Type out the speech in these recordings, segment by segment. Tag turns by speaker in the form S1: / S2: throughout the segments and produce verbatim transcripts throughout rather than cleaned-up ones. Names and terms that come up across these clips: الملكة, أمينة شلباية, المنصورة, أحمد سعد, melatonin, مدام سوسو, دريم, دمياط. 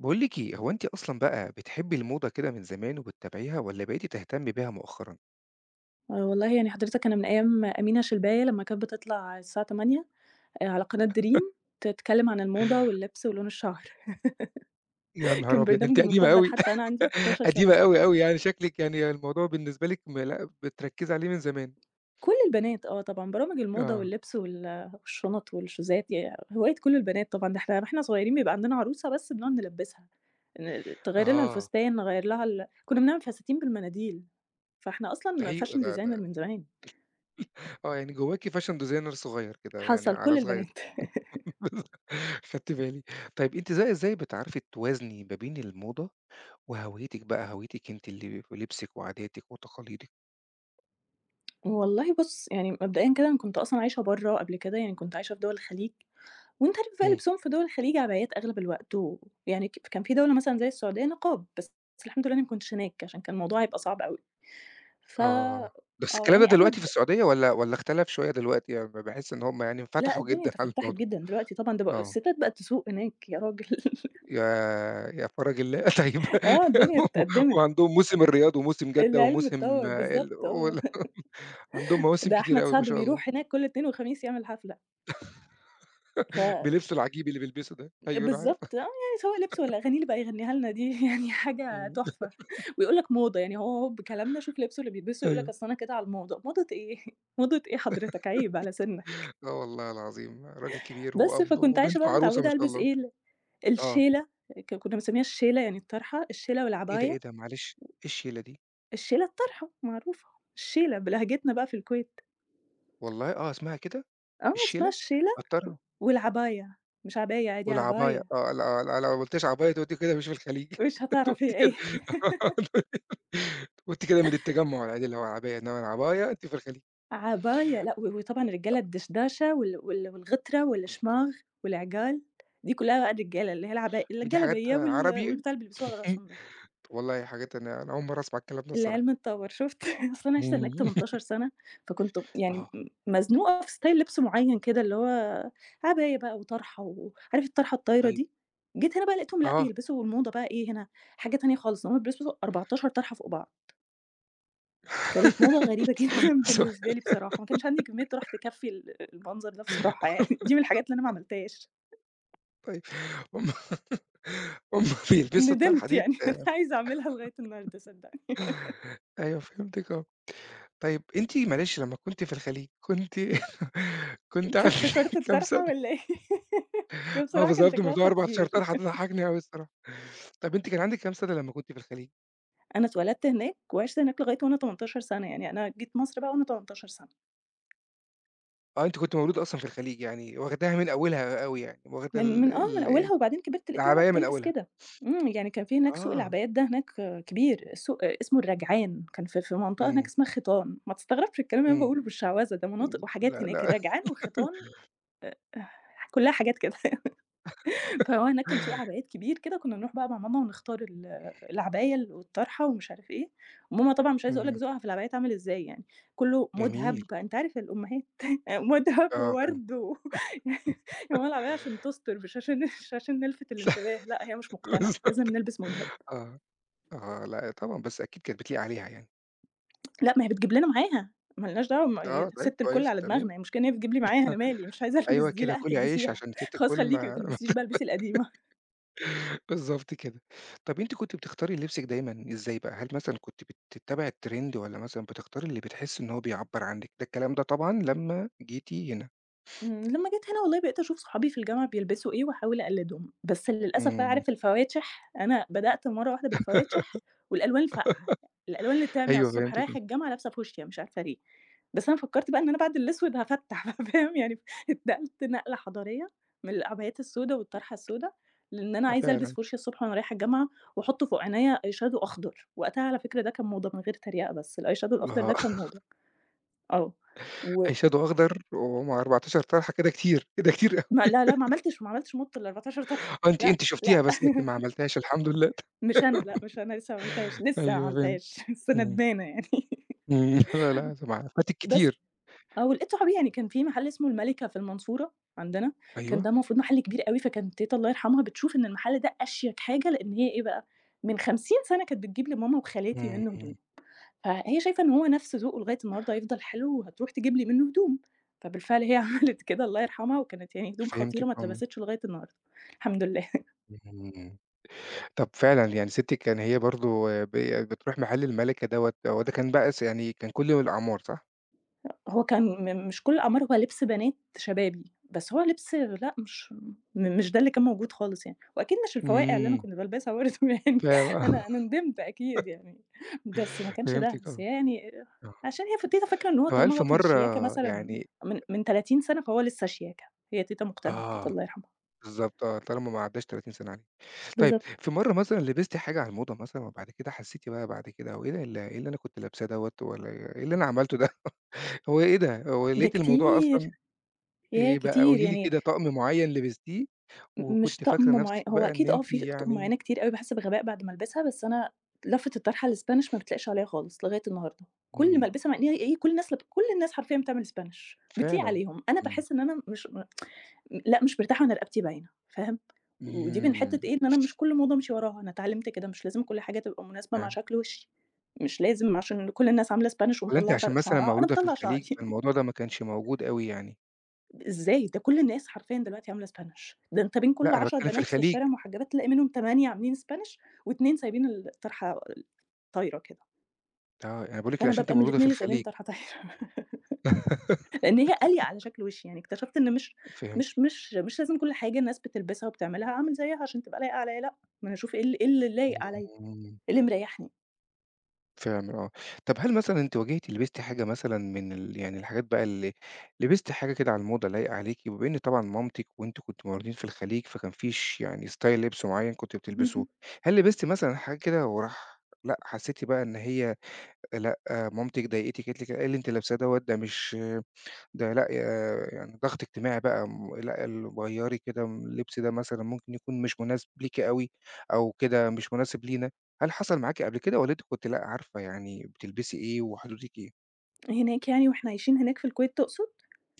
S1: باقول لِك إيه، هو أنتِ أصلًا بقى بتحبّي الموضة كده من زمان وبتتابعيها والّا بقيتِ تهتمّي بيها مؤخرًا؟
S2: آه، والله يعني حضرتك أنا من أيام أمينة شلباية لمّا كانت بتطلع الساعة تمانية آآ، على قناة دريم تتكلم عن الموضة واللبس ولون الشعر
S1: يا نهار
S2: كان
S1: أبيض! أنتِ
S2: برنامجي
S1: قديمة
S2: المفضل
S1: أوي.
S2: حتى وأنا عندي اثنا عشر
S1: قديمة
S2: سنة.
S1: أوي، أوي، يعني شكلِك يعني الموضوع بالنسبة لِك م لأ، بتركّزي عليه من زمان.
S2: كل البنات، آه، طبعًا برامج الموضة
S1: آه.
S2: واللبس وال والشنط والشوزات ي هواية كل البنات طبعًا، ده إحنا وإحنا صغيرين بيبقى عندنا عروسة بس بنقعد نلبسها، ن تغيّر لها
S1: آه،
S2: الفستان، نغيّر لها ال كنا بنعمل فساتين بالمناديل، فإحنا
S1: ده
S2: أصلًا
S1: حقيقي
S2: fashion
S1: ده ده.
S2: designer من زمان.
S1: آه، يعني جوّاكِ fashion designer صغير كده، يعني
S2: حصل كل
S1: على صغير.
S2: البنات.
S1: خدت بالي. طيب أنتِ إزاي إزاي بتعرفي توازني ما بين الموضة وهويتِك بقى، هويتِك أنتِ اللي ولبسِك وعاداتِك وتقاليدِك؟
S2: والله بُص، يعني مبدئيًا كده أنا كنت أصلًا عايشة برّه قبل كده، يعني كنت عايشة في دول الخليج، وأنت عارف بقى
S1: إمم.
S2: لبسهم في دول الخليج عبايات أغلب الوقت، ويعني ك كان في دولة مثلًا زي السعودية نقاب، بس الحمد لله أنا ما كنتش هناك عشان كان الموضوع هيبقى صعب أوي. ف
S1: آه، بس
S2: آه،
S1: الكلام ده
S2: يعني
S1: دلوقتي في
S2: أغلب
S1: السعودية والّا والّا اختلف شوية دلوقتي؟ يعني ب باحس إن هُم يعني
S2: لأ،
S1: انفتحوا
S2: الدنيا
S1: جدًا على
S2: تفتّحت
S1: الموضوع.
S2: جدًا دلوقتي طبعًا ده بق
S1: آه،
S2: الستات بقت تسوق هناك يا راجل
S1: يا يا فرج الله. طيب،
S2: آه، الدنيا
S1: و
S2: اتقدّمت،
S1: وعندهم موسم الرياض وموسم جدة
S2: العلم
S1: وموسم
S2: اتطوّر،
S1: ال
S2: بالضبط، آه،
S1: وال عندهم مواسم
S2: ده
S1: كتيرة
S2: أحمد
S1: أوي ما
S2: سعد
S1: شاء الله.
S2: بيروح هناك كل اتنين وخميس يعمل حفلة، ف
S1: بلبسه العجيب اللي بيلبسه ده، أيوه أنا عارف.
S2: بالضبط، آه، يعني سواء لِبْس والّا أغاني اللي بقى يغنيها لنا دي يعني حاجة
S1: إمم.
S2: تحفة، ويقول لك موضة، يعني هو هو بكلامنا شوف لِبْسه اللي بيلبسه يقول لك
S1: أيوه.
S2: أصل أنا كده على الموضة، موضة إيه؟ موضة إيه حضرتك عيب على سنّك.
S1: آه والله العظيم راجل كبير
S2: بس
S1: وأب
S2: فكنت عايشة
S1: وبنته
S2: بقى
S1: عروسة ما
S2: متعودة
S1: شاء
S2: ألبس
S1: الله.
S2: إيه ال
S1: آه،
S2: الشيلة، ك كنا بنسميها الشيلة يعني الطرحة، الشيلة
S1: إيه ده، إيه
S2: والعباية،
S1: ده معلش، إيه الشيلة دي؟
S2: الشيلة الطرحة معروفة، الشيلة بلهجتنا بقى في الكويت،
S1: والله آه، اسمها كده؟
S2: آه اسمها
S1: الشيلة؟
S2: الشيلة و والعباية، مش عباية عادي
S1: والعباية
S2: عباية،
S1: آه، لأ، آه، لأ، لو ما قُلتش عباية تقول لي كده مش في الخليج.
S2: مش
S1: تقول
S2: هتعرف
S1: لي
S2: هي إيه.
S1: كده. تقول لي كده من التجمُّع العادي اللي هو العباية، إنّما العباية أنتِ في الخليج.
S2: عباية لأ، و وطبعًا الرجالة الدشداشة وال وال والغترة والشماغ والعِجال، دي كلّها بقى الرجالة، اللي هي العبا
S1: دي حاجات
S2: الجلابية وال
S1: عربي.
S2: والبتاع اللي بيلبسوه على
S1: إمم،
S2: راسهم ده.
S1: والله حاجات أنا أنا أول مرّة أسمع الكلام ده
S2: العلم
S1: الصراحة.
S2: اتطوّر شُفت؟ أصل أنا عِشت هناك
S1: إمم.
S2: ثمانية عشر سَنة، فكنت يعني
S1: آه،
S2: م مزنوقة في ستايل لِبس معيّن كده، اللي هو عباية بقى وطرحة وعارف الطرحة الطايرة
S1: طيب
S2: دي؟ جيت هنا بقى لقيتهم لأ،
S1: آه.
S2: بيلبسوا الموضة بقى إيه هنا، حاجة تانية خالص، إن هُم بيلبسوا أربعة عشر طرحة فوق بعض. كانت موضة غريبة جدًا
S1: سؤال.
S2: بالنسبة لي بصراحة، ما كانش عندي كمية طرح تكفّي ال المنظر ده بصراحة يعني، دي من الحاجات اللي أنا ما عملتهاش،
S1: طيب هُم هُم بيلبسوا الطرحة
S2: ندمت
S1: ديّة؟
S2: يعني. أنا عايزة أعملها لغاية النهارده صدّقني.
S1: أيوه فهمتِك آه. طيب أنتِ معلش لمّا كنتِ في الخليج كنتِ كنتِ
S2: أنت
S1: عندِك
S2: افتكرت
S1: كام
S2: الطرحة
S1: سَنة؟
S2: والّا إيه؟ هي
S1: آه
S2: بصراحة كان
S1: بالضبط،
S2: شكلها
S1: موضوع أربعة عشر
S2: خطير.
S1: طرحة ده ضحّكني أوي الصراحة. طَب أنتِ كان عندِك كام سَنة لمّا كنتِ في الخليج؟
S2: أنا اتولدت هناك وعِشت هناك لغاية وأنا تمنتاشر سَنة، يعني أنا جيت مصر بقى وأنا تمنتاشر سَنة.
S1: آه، أنتِ كنتِ مولودة أصلًا في الخليج، يعني واخداها من أولها أوي يعني، واخدة
S2: من
S1: ال
S2: من آه، من
S1: ال
S2: أولها وبعدين كبرت لقيت ماما
S1: العباية من
S2: بتلبس
S1: أولها.
S2: كده، إمم، يعني كان في هناك سوق
S1: آه،
S2: العبايات ده هناك، آه، كبير، سوق، آه، اسمه الرجعان، كان في في منطقة هناك
S1: إمم،
S2: اسمها خيطان، ما تستغربش الكلام اللي أنا
S1: إمم،
S2: باقوله بالشعوذة ده
S1: إمم،
S2: مناطق وحاجات
S1: لأ،
S2: هناك
S1: لأ،
S2: الرجعان وخيطان، آه، كلّها حاجات كده. فهو هناك كان سوق عبايات كبير كده، كنا نروح بقى مع ماما ونختار ال العباية ال والطرحة ومش عارف إيه، وماما طبعًا مش عايزة أقول لك
S1: إمم،
S2: ذوقها في العبايات عامل إزاي يعني، كُلّه مُدهب
S1: جميل،
S2: بقى أنت عارف الأمهات مُدهب
S1: آه فاهم،
S2: وورد و يا ماما العباية عشان تُستر مش عشان مش عشان نلفت الانتباه، لأ هي مش مقتنعة، لازم
S1: بالضبط،
S2: نلبس مُدهب.
S1: آه، آه، لأ طبعًا، بس أكيد كانت بتليق عليها يعني.
S2: لأ ما هي بتجيب لنا معاها، ما لناش دعوة م هي
S1: آه، طيب
S2: سِت الكل
S1: كويس،
S2: على
S1: تمام،
S2: دماغنا، هي المشكلة إن هي بتجيب لي معاها أنا مالي، مش عايزة ألبس
S1: أيوه
S2: دي
S1: كده
S2: لأ
S1: كُلي عيش
S2: هتلبسيها،
S1: عشان ستِّك
S2: خلاص
S1: كل
S2: خلّيكِ ما
S1: ما
S2: تلبسيش بقى البسي القديمة.
S1: بالضبط كده. طَب أنتِ كنتِ بتختاري لبسِك دايمًا إزاي بقى؟ هل مثلًا كنتِ بتتّبعي الtrend والّا مثلًا بتختاري اللي بتحسّي إن هو بيعبّر عنِّك؟ ده الكلام ده طبعًا لمّا جيتِ هنا.
S2: إمم، لمّا جيت هنا والله بقيت أشوف صحابي في الجامعة بيلبسوا إيه وأحاول أقلّدهم، بس للأسف بقى
S1: إمم.
S2: عارف الفواتح، أنا بدأت مرّة واحدة بالفواتح والألوان الفاقعة، الألوان اللي بتعمي على
S1: أيوه
S2: الصبح،
S1: فهمتِك آه.
S2: رايحة الجامعة لابسة فوشيا مش عارفة ليه، بس أنا فكّرت بقى إن أنا بعد الأسود هافتّح بقى فاهم، يعني اتنقلت نقلة حضارية من العبايات السودا والطرحة السودا، لإن أنا
S1: آه
S2: عايزة ألبس
S1: فعلًا.
S2: فوشيا الصبح وأنا رايحة الجامعة وأحُط فوق عينيّا eye shadow أخضر، وقتها على فكرة ده كان موضة من غير تريقة بس الeye shadow
S1: ما
S2: الأخضر ده
S1: هو
S2: كان موضة، آه. و
S1: eye shadow أخضر ومع أربعتاشر طرحة كده كتير، كده كتير أوي.
S2: ما لا، لا، ما عملتش ما عملتش مُط الأربعتاشر طرحة،
S1: آه أنتِ
S2: لأ،
S1: أنتِ
S2: لأ،
S1: شُفتيها بس لكن ما عملتيهاش الحمد لله.
S2: مش أنا، لأ، مش أنا لسه ما عملتهاش، لسه ما
S1: أيوه فهمت.
S2: عملتهاش، لسه
S1: إمم.
S2: ندمانة يعني.
S1: إمم. لا، لا، سمع، فاتِك
S2: بس،
S1: كتير.
S2: آه، ولقيت صحابي يعني كان في محل اسمه المَلِكة في المنصورة عندنا، كان
S1: أيوه.
S2: ده المفروض محل كبير أوي، فكانت تيتة الله يرحمها بتشوف إن المحل ده أشيك حاجة، لإن هي إيه بقى، من خمسين سَنة كانت بتجيب لماما وخالاتي منّه هدوم،
S1: إمم.
S2: فهي شايفة إن هو نَفْس ذوقه لغاية النهارده هيفضل حلو وهتروح تجيب لي منّه هدوم، فبالفعل هي عملت كده الله يرحمها، وكانت يعني هدوم خطيرة
S1: فهمتِك
S2: ما
S1: آه.
S2: اتلبستش لغاية النهارده، الحمد لله.
S1: إمم. طب فعلًا، يعني ستِّك كان هي برضه ب بتروح محل المَلِكة دوّة، هو ده كان بقى س يعني كان كل يوم الأعمار صح؟
S2: هو كان م مش كل الأعمار، هو لبس بنات شبابي، بس هو لبس لأ مش م مش ده اللي كان موجود خالص يعني، وأكيد مش الفواقع اللي أنا
S1: إمم.
S2: كنت بالبسها برضه يعني
S1: فاهم.
S2: أنا أنا ندمت أكيد يعني، بس ما
S1: آه،
S2: كانش ده،
S1: فهمتِك
S2: بس
S1: آه،
S2: هي يعني
S1: آه.
S2: عشان هي ف تيتة فاكرة إن هو
S1: طب هل
S2: طالما
S1: في
S2: هو كان
S1: مرّة
S2: شياكة مثلًا
S1: يعني
S2: من من ثلاثين سَنة فهو لسه شياكة، هي تيتة مقتنعة بكده
S1: آه،
S2: الله يرحمها.
S1: بالضبط آه، طالما ما عدّاش تلاتين سَنة عليك. طيب
S2: بالضبط.
S1: في مرّة مثلًا لبستِ حاجة على الموضة مثلًا وبعد كده حسّيتِ بقى بعد كده هو إيه ده ال إيه اللي أنا كنت لابساه دوّة والّا إيه اللي أنا عملته ده، هو إيه ده، هو
S2: ده
S1: لقيتِ الموضوع
S2: كتير،
S1: أصلًا
S2: ياه
S1: إيه بقى
S2: كتير
S1: قولي لي
S2: يعني
S1: كده طقم معيّن لبستيه
S2: م مش
S1: وكنتِ
S2: طقم
S1: فاكرة
S2: معي
S1: نَفْسِك
S2: هو
S1: بقى إن
S2: أكيد، آه،
S1: أنتِ
S2: في أطقم
S1: يعني
S2: معيّنة كتير أوي باحس بغباء بعد ما ألبسها، بس أنا لفة الطرحة الspanish ما بتلاقيش عليها خالص لغاية النهارده، كل ما
S1: إمم.
S2: ألبسها مع إن هي إيه كل الناس لب كل الناس حرفيًا بتعمل spanish بتليق
S1: فعلًا.
S2: عليهم، أنا
S1: إمم.
S2: باحس إن أنا مش م لأ مش مرتاحة وأنا رقبتي باينة، فاهم؟ ودي من حتة
S1: إمم.
S2: إيه إن أنا مش كل موضة أمشي وراها، أنا اتعلمت كده مش لازم كل حاجة تبقى مناسبة مع
S1: فهمت.
S2: شكل وشي، مش لازم عشان كل الناس عاملة spanish
S1: والّا أنتِ
S2: ومطلعة
S1: عشان
S2: طر
S1: مثلًا
S2: شعرها أنا
S1: مولودة في
S2: باطلّع
S1: الخليج،
S2: شعري
S1: فالموضوع ده ما كانش موجود أوي يعني؟
S2: إزاي؟ ده كل الناس حرفيًا دلوقتي عاملة Spanish ده أنت بين كل
S1: لأ، أنا
S2: عشر
S1: باتكلم في
S2: بنات في
S1: الخليج.
S2: الشارع محجبات تلاقي منهم ثمانية عاملين Spanish واتنين سايبين الطرحة طايرة كده،
S1: آه. أنا باقول لِك
S2: فأنا
S1: عشان أنتِ
S2: بابقى من
S1: مولودة
S2: الاتنين
S1: في
S2: اللي سايبين
S1: الخليج.
S2: الطرحة طايرة لإن هي قالية على شكل وشي، يعني اكتشفت إن مش مش
S1: فهمتِك.
S2: مش مش لازم كل حاجة الناس بتلبسها وبتعملها أعمل زيها عشان تبقى لايقة عليَّ، لأ، ما أنا أشوف إيه ال إيه اللي لايق عليَّ، إيه
S1: إمم.
S2: اللي مريحني.
S1: فعلًا آه. طب هل مثلًا أنتِ واجهتِ لبستِ حاجة مثلًا من ال يعني الحاجات بقى اللي لبستِ حاجة كده على الموضة لايقة عليكِ؟ بما إن طبعًا مامتِك وأنتم كنتم مولودين في الخليج، فكان في ش يعني style لبس معين كنتِ بتلبسوه.
S2: اهم.
S1: هل لبستِ مثلًا حاجة كده وراح لأ، حسيتِ بقى إن هي لأ، آه، مامتِك ضايقتِك قالت لِك إيه اللي أنتِ لابساه دوّة، ده مش ده لأ، آآ يعني ضغط اجتماعي بقى م لأ، ال غيّري كده اللبس ده مثلًا ممكن يكون مش مناسب ليكِ أوي أو كده مش مناسب لينا، هل حصل معاكِ قبل كده والّا أنتِ كنتِ لأ، عارفة يعني بتلبسي إيه وحدودِك إيه؟
S2: هناك يعني وإحنا عايشين هناك في الكويت تقصد؟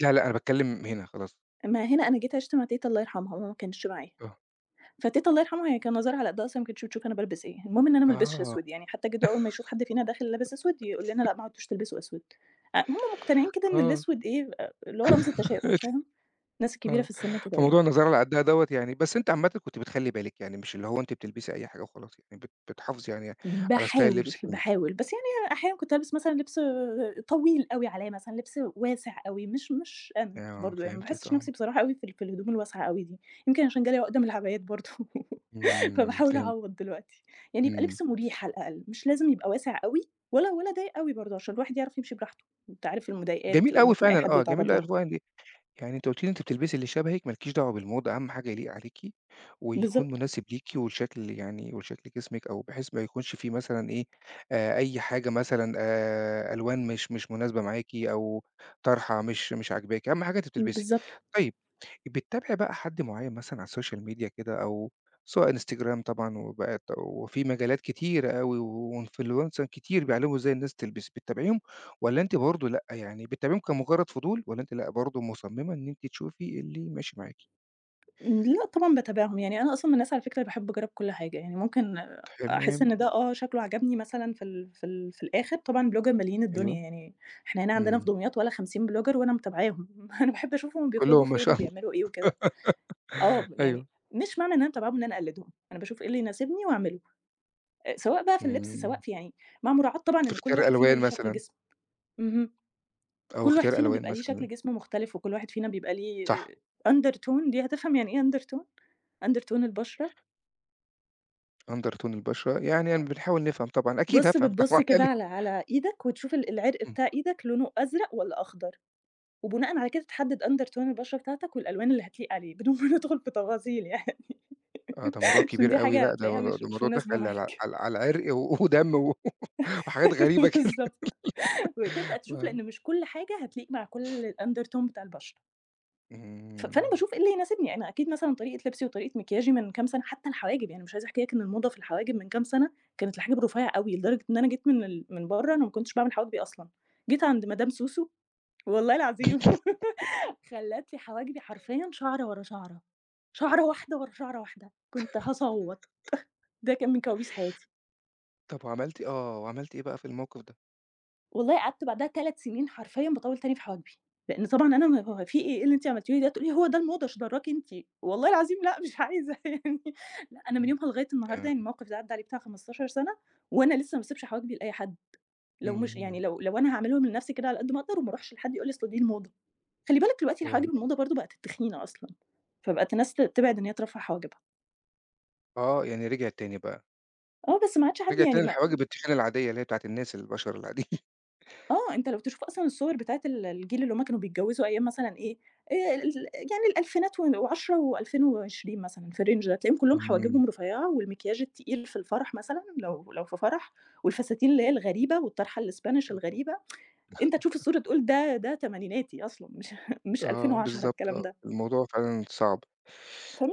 S1: لا، لأ، أنا باتكلّم هنا خلاص.
S2: ما هنا أنا جيت عِشت مع تيتة الله يرحمها، ماما ما كانتش معايا.
S1: آه،
S2: فتيتة الله يرحمها هي كان نظرها على قدها أصلًا ما كانتش بتشوف أنا بالبس إيه، المهم إن أنا ما البسش
S1: آه،
S2: أسود، يعني حتى جدو أول ما يشوف حد فينا داخل لابس أسود يقول لنا: "لأ ما عدتوش تلبسوا أسود." أ هم مقتنعين كده إن
S1: آه،
S2: الأسود إيه، أ اللي هو رمز التشاؤم فاهم، الناس الكبيرة
S1: آه،
S2: في السن كده يعني.
S1: فموضوع النظارة اللي على قدّها دوّة يعني بس أنتِ عامةً كنتِ بتخلّي بالِك، يعني مش اللي هو أنتِ بتلبسي أي حاجة وخلاص يعني بت بتحافظي يعني على ستايل
S2: باحاول،
S1: لبسِك. إمم،
S2: باحاول، بس يعني أحيانًا كنت ألبس مثلًا لبس طويل أوي عليّا مثلًا، لبس واسع أوي، مش مش أنا
S1: آه،
S2: برضه يعني، ما
S1: فهمتِك
S2: باحسش
S1: آه.
S2: نفسي بصراحة أوي في ال في الهدوم الواسعة أوي دي، يمكن عشان جالي عقدة من العبايات برضه.
S1: إمم،
S2: فباحاول
S1: فهمت،
S2: أعوّض دلوقتي، يعني يبقى
S1: إمم،
S2: لبس مُريح على الأقل، مش لازم يبقى واسع أوي ولا ولا ضيّق أوي برضه، عشان الواحد يعرف يمشي براحته، أنت عارف المضايقات
S1: جميل
S2: اللي
S1: أوي
S2: ممكن أي
S1: فعلًا
S2: حد
S1: آه، جميل
S2: يتعرّض
S1: أوي
S2: لها.
S1: الفوهة دي، يعني أنتِ قُلتِ لي أنتِ بتلبسي اللي شبهِك ما لكيش دعوة بالموضة، أهم حاجة يليق عليكِ، ويكون
S2: بالضبط،
S1: مناسب ليكِ ولشكل يعني ولشكل جسمِك أو بحيث ما يكونش فيه مثلًا إيه، آآ، أي حاجة مثلًا آآ، ألوان مش مش مناسبة معاكِ أو طرحة مش مش عاجباكِ، أهم حاجة أنتِ بتلبسي.
S2: بالضبط.
S1: طيب بتتابعي بقى حد معين مثلًا على السوشيال ميديا كده أو سواء إنستجرام طبعًا وبقت وفي مجالات كتيرة أوي وinfluencer كتير بيعلموا إزاي الناس تلبس، بتتابعيهم والّا أنتِ برضه لأ، يعني بتتابعيهم كمجرد فضول والّا أنتِ لأ، برضه مصممة إن أنتِ تشوفي اللي ماشي معاكِ؟
S2: لأ طبعًا باتابعهم، يعني أنا أصلًا من الناس على فكرة اللي باحب أجرّب كل حاجة، يعني ممكن أحس
S1: تمام،
S2: إن ده، آه، شكله عجبني مثلًا في ال في ال في الآخر طبعًا blogger ماليين
S1: أيوه،
S2: الدنيا يعني، إحنا هنا عندنا في
S1: إمم،
S2: دمياط ولا خمسين blogger وأنا متابعاهم، أنا باحب أشوفهم بيخرجوا
S1: كلّهم ما
S2: فين
S1: شاء الله.
S2: وبيعملوا إيه وكده. آه، يعني
S1: أيوه،
S2: مش معنى إن أنا متابعاهم إن أنا أقلّدهم، أنا باشوف إيه اللي يناسبني وأعمله. سواء بقى في اللبس،
S1: إمم،
S2: سواء في يعني مع مراعاة طبعًا
S1: في
S2: إن كل
S1: اختيار
S2: واحد فينا
S1: ألوان
S2: ليه شكل
S1: مثلًا
S2: جسم. اهم.
S1: أو
S2: كل واحد
S1: اختيار
S2: فينا
S1: ألوان
S2: بيبقى ليه شكل
S1: مثلًا،
S2: جسم مختلف، وكل واحد فينا بيبقى ليه
S1: صح،
S2: آآ undertone دي هتفهم يعني إيه undertone؟ undertone البشرة.
S1: under tone البشرة، يعني أنا بنحاول نفهم طبعًا، أكيد
S2: بُص،
S1: هافهم
S2: بتبُص
S1: طبعًا.
S2: كده
S1: يعني.
S2: على على إيدك وتشوف ال العرق بتاع إيدك لونه أزرق والّا أخضر، وبناءً على كده تحدد undertone البشرة بتاعتك والألوان اللي هتليق عليه، بدون ما ندخل في تفاصيل يعني
S1: آه، ده موضوع
S2: عشان دي
S1: كبير أوي،
S2: حاجة
S1: لأ ده
S2: هتلاقيها مش
S1: ده
S2: مش
S1: الموضوع
S2: مناسبة
S1: دخل على
S2: معاك.
S1: على على عرق و ودم و وحاجات غريبة كده.
S2: بالضبط. وتبدأ تشوف
S1: فعلًا.
S2: لإن مش كل حاجة هتليق مع كل الundertone بتاع البشرة. ف فأنا
S1: إمم،
S2: باشوف إيه اللي يناسبني، أنا أكيد مثلًا طريقة لبسي وطريقة مكياجي من كام سنة حتى الحواجب، يعني مش عايزة أحكي لك إن الموضة في الحواجب من كام سنة كانت الحاجب رفيع أوي، لدرجة إن أنا جيت من ال من برّه أنا ما كنتش باعمل حواجبي أصلًا، جيت عند مدام سوسو والله العظيم خلّت لي حواجبي حرفيًا شعرة ورا شعرة، شعرة واحدة ورا شعرة واحدة، كنت هاصوّت، ده كان من كوابيس حياتي.
S1: طب وعملتِ إيه؟ آه، وعملتِ إيه بقى في الموقف ده؟
S2: والله قعدت بعدها ثلاث سنين حرفيًا باطوّل تاني في حواجبي، لإن طبعًا أنا م هو في إيه، إيه اللي أنتِ عملتيه لي ده؟ تقول لي: "هو ده الموضة إيش دراكِ أنتِ؟" والله العظيم لأ مش عايزة يعني لأ أنا من
S1: إمم،
S2: يومها لغاية النهارده
S1: آه،
S2: يعني الموقف ده عدّى عليه بتاع خمسة عشر سنة، وأنا لسه ما باسيبش حواجبي لأي حد، لو مش يعني
S1: إمم،
S2: لو لو أنا هاعملهم لنفسي كده على قد ما أقدر وما اروحش لحد يقول لي أصل دي الموضة، خلّي بالِك دلوقتي الحواجب
S1: فاهم
S2: الموضة برضه بقت التخينة أصلًا، فبقت الناس ت تبعد إن هي ترفّع حواجبها،
S1: آه، يعني رجعِت تاني بقى،
S2: آه بس ما عادش حد
S1: رجعِت
S2: يعني
S1: تاني
S2: ما،
S1: لحواجب التخان العادية اللي هي بتاعة الناس البشر العاديين.
S2: آه، أنت لو تشوف أصلًا الصور بتاعة ال الجيل اللي هُم كانوا بيتجوّزوا أيام مثلًا إيه، آآ ال يعني الألفينات و وعشرة و2020 مثلًا، في الrange ده، تلاقيهم كلّهم
S1: إمم،
S2: حواجبهم رفيّعة والمكياج التقيل في الفرح مثلًا، لو لو في فرح، والفساتين اللي هي الغريبة والطرحة الspanish
S1: آه،
S2: الغريبة، أنت تشوف الصورة تقول ده ده تمانيناتي أصلًا، مش مش
S1: آه،
S2: ألفين وعشرة
S1: بالضبط
S2: الكلام
S1: آه،
S2: ده.
S1: الموضوع فعلًا صعب.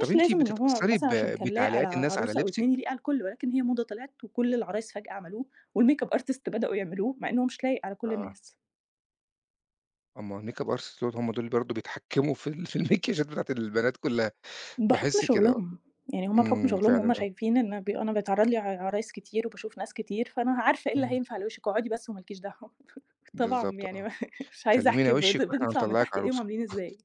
S1: طب أنتِ
S2: لازم إن هو
S1: بتتأثّري ب
S2: مثلًا عشان كان لايق على
S1: بتعليقات الناس على
S2: عروسة أو
S1: لبسِك؟
S2: اتنين يليق على الكل، ولكن هي موضة طلعت وكل العرايس فجأة عملوه والmakeup artist بدأوا يعملوه، مع إن هو مش لايق على كل
S1: آه،
S2: الناس.
S1: أمّا الmakeup artist دول هم دول برضه بيتحكموا في ال في الmakeاجات بتاعة البنات كلّها،
S2: بحُكم
S1: باحس كده آه.
S2: شُغلهم، يعني هُم بحُكم
S1: إمم،
S2: شُغلهم
S1: فعلًا
S2: هُم
S1: آه،
S2: شايفين إن ب أنا بيتعرّض لي ع عرايس كتير وباشوف ناس كتير، فأنا عارفة إيه اللي
S1: إمم،
S2: هينفع على وشِك، اقعدي بس وما لكيش دعوة. طبعًا
S1: بالضبط
S2: يعني
S1: آه،
S2: ما مش عايزة
S1: سلمينا
S2: أحكي بت
S1: وشِك وإحنا
S2: بنطلع من
S1: هنطلّعِك
S2: تحت إيديهم
S1: عروسة،
S2: عاملين إزاي.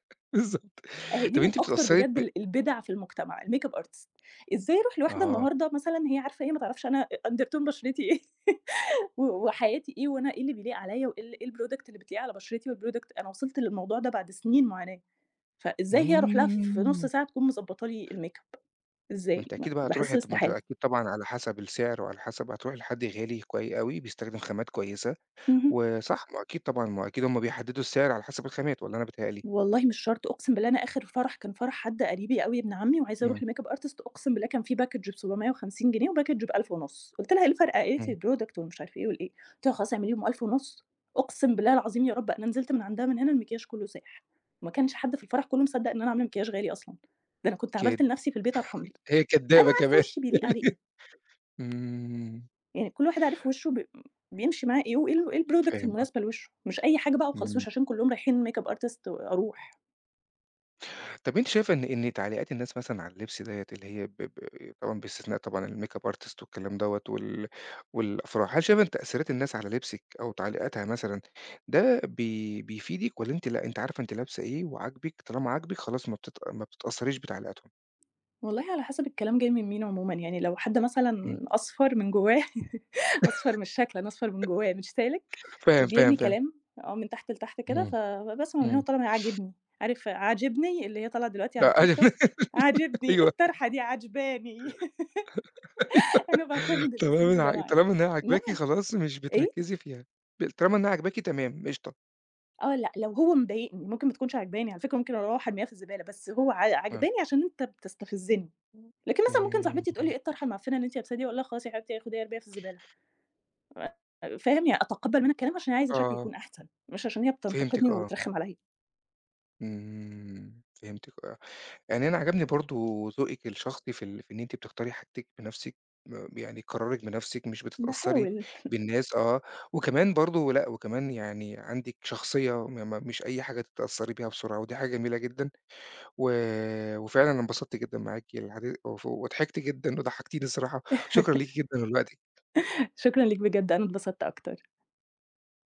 S1: بالضبط،
S2: أهي دي
S1: طَب
S2: من
S1: أنتِ
S2: أكتر
S1: بتتأثّري
S2: بجد
S1: ب
S2: ال البِدع في المجتمع الmakeup artist. إزاي أروح لواحدة
S1: آه،
S2: النهارده مثلًا هي عارفة هي ما تعرفش أنا أ undertone بشرتي إيه و وحياتي إيه وأنا إيه اللي بيليق عليّا وإيه ال إيه الproduct اللي بتليق على بشرتي والproduct أنا وصلت للموضوع ده بعد سنين معاناة، فإزاي هي أروح لها ف في نُص
S1: إمم،
S2: ساعة تكون مضبّطة لي الmakeup.
S1: ما
S2: إزاي؟
S1: أنتِ
S2: ما
S1: أكيد بقى
S2: باحس
S1: هتروحي طَب ما أنتِ
S2: استحالة.
S1: أكيد طبعًا على حسب السعر وعلى حسب هتروحي لحد غالي كوي أوي بيستخدم خامات كويسة،
S2: اهم.
S1: وصح ما هو أكيد طبعًا ما هو أكيد هُم بيحدّدوا السعر على حسب الخامات والّا أنا بيتهيأ لي؟
S2: والله مش شرط، أقسم بالله أنا آخر فرح كان فرح حد قريبي أوي ابن عمي وعايزة أروح
S1: إمم،
S2: لmakeup artist أقسم بالله كان في package بسبعمية وخمسين جنيه وpackage بألف وخمسمية ونص، قُلت لها: "إيه الفرق؟" قالت لي:
S1: إمم،
S2: "الproduct" ومش عارفة إيه والإيه، قُلت لها: "خلاص اعمليهم ألف وخمسمائة" أقسم بالله العظيم يا رب أنا نزلت من عندها من هنا المكياج كله ساح، وما كانش حد في الفرح كله مصدق إن أنا عاملة مكياج غالي أصلًا، ده أنا كنت عملت
S1: كد
S2: لنفسي في البيت أرحمني،
S1: هي
S2: أنا
S1: كدّابة
S2: عارفة
S1: كمان.
S2: وشي بيليق عليه إيه.
S1: إمم،
S2: يعني كل واحد عارف وشه ب بيمشي معاه إيه وإيه ال إيه الproduct
S1: فاهم
S2: المناسبة
S1: قصدك،
S2: لوشه، مش أي حاجة بقى وخلاص
S1: إمم.
S2: مش عشان كلّهم رايحين makeup artist أروح.
S1: طب أنتِ شايفة إن إن تعليقات الناس مثلًا على اللبس ديّة اللي هي ب ب طبعًا باستثناء طبعًا الmakeup artist والكلام دوّة وال والأفراح، هل شايفة إن تأثيرات الناس على لبسِك أو تعليقاتها مثلًا ده بي بيفيدِك والّا أنتِ لأ، أنتِ عارفة أنتِ لابسة إيه وعاجبِك، طالما عاجبِك خلاص ما بتت ما بتتأثّريش بتعليقاتهم؟
S2: والله على حسب الكلام جاي من مين عمومًا، يعني لو حد مثلًا
S1: إمم.
S2: أصفر من جوّاه أصفر مش شكلًا، أصفر من جوّاه مش سالك
S1: فاهم، فاهم،
S2: وبيرمي
S1: فاهم.
S2: كلام، آه، من تحت لتحت كده، ف
S1: إمم،
S2: فباسمع من هنا
S1: إمم.
S2: وطالع عاجبني، عارف عاجبني اللي هي طالعة دلوقتي على
S1: لأ.
S2: التيك توك،
S1: أيوه،
S2: عاجبني
S1: أيوه،
S2: الطرحة دي عاجباني
S1: أيوه.
S2: أنا باعتمد الأسلوب
S1: طالما
S2: ده
S1: ع
S2: معاه،
S1: طالما إنها عاجباكِ
S2: إنما
S1: خلاص مش
S2: إيه؟
S1: بتركّزي فيها، ب طالما إنها عاجباكِ تمام قشطة.
S2: آه، لأ، لو هو مضايقني ممكن ما تكونش عاجباني على فكرة ممكن أروّح أرميها في الزبالة، بس هو ع
S1: آه.
S2: عاجباني عشان أنت بتستفزني، لكن مثلًا ممكن صاحبتي تقول لي:
S1: إمم،
S2: "إيه الطرحة المعفنة اللي أنتِ لابساها دي؟" أقول لها: "خلاص يا حبيبتي خديها ارميها في الزبالة." آه، فاهم؟ يعني أتقبّل منها الكلام عشان هي عايزة شكلي
S1: آه،
S2: يكون أحسن، مش عشان هي
S1: فهمتِك
S2: بتنتقدني
S1: آه.
S2: وترخّم عليَّ.
S1: إمم، فهمتِك آه، يعني أنا عجبني برضه ذوقِك الشخصي في ال في إن أنتِ بتختاري حاجتِك بنفسِك، م يعني قرارِك بنفسِك مش بتتأثّري
S2: باحاول.
S1: بالناس آه، وكمان برضه لأ، وكمان يعني عندِك شخصية م م مش أي حاجة تتأثّري بيها بسرعة، ودي حاجة جميلة جدًا، و وفعلًا أنا انبسطت جدًا معاكِ الحدي وف وضحكت جدًا وضحكتيني الصراحة، شكرًا ليكِ جدًا لوقتِك.
S2: شكرًا ليك بجد، أنا اتبسطت أكتر.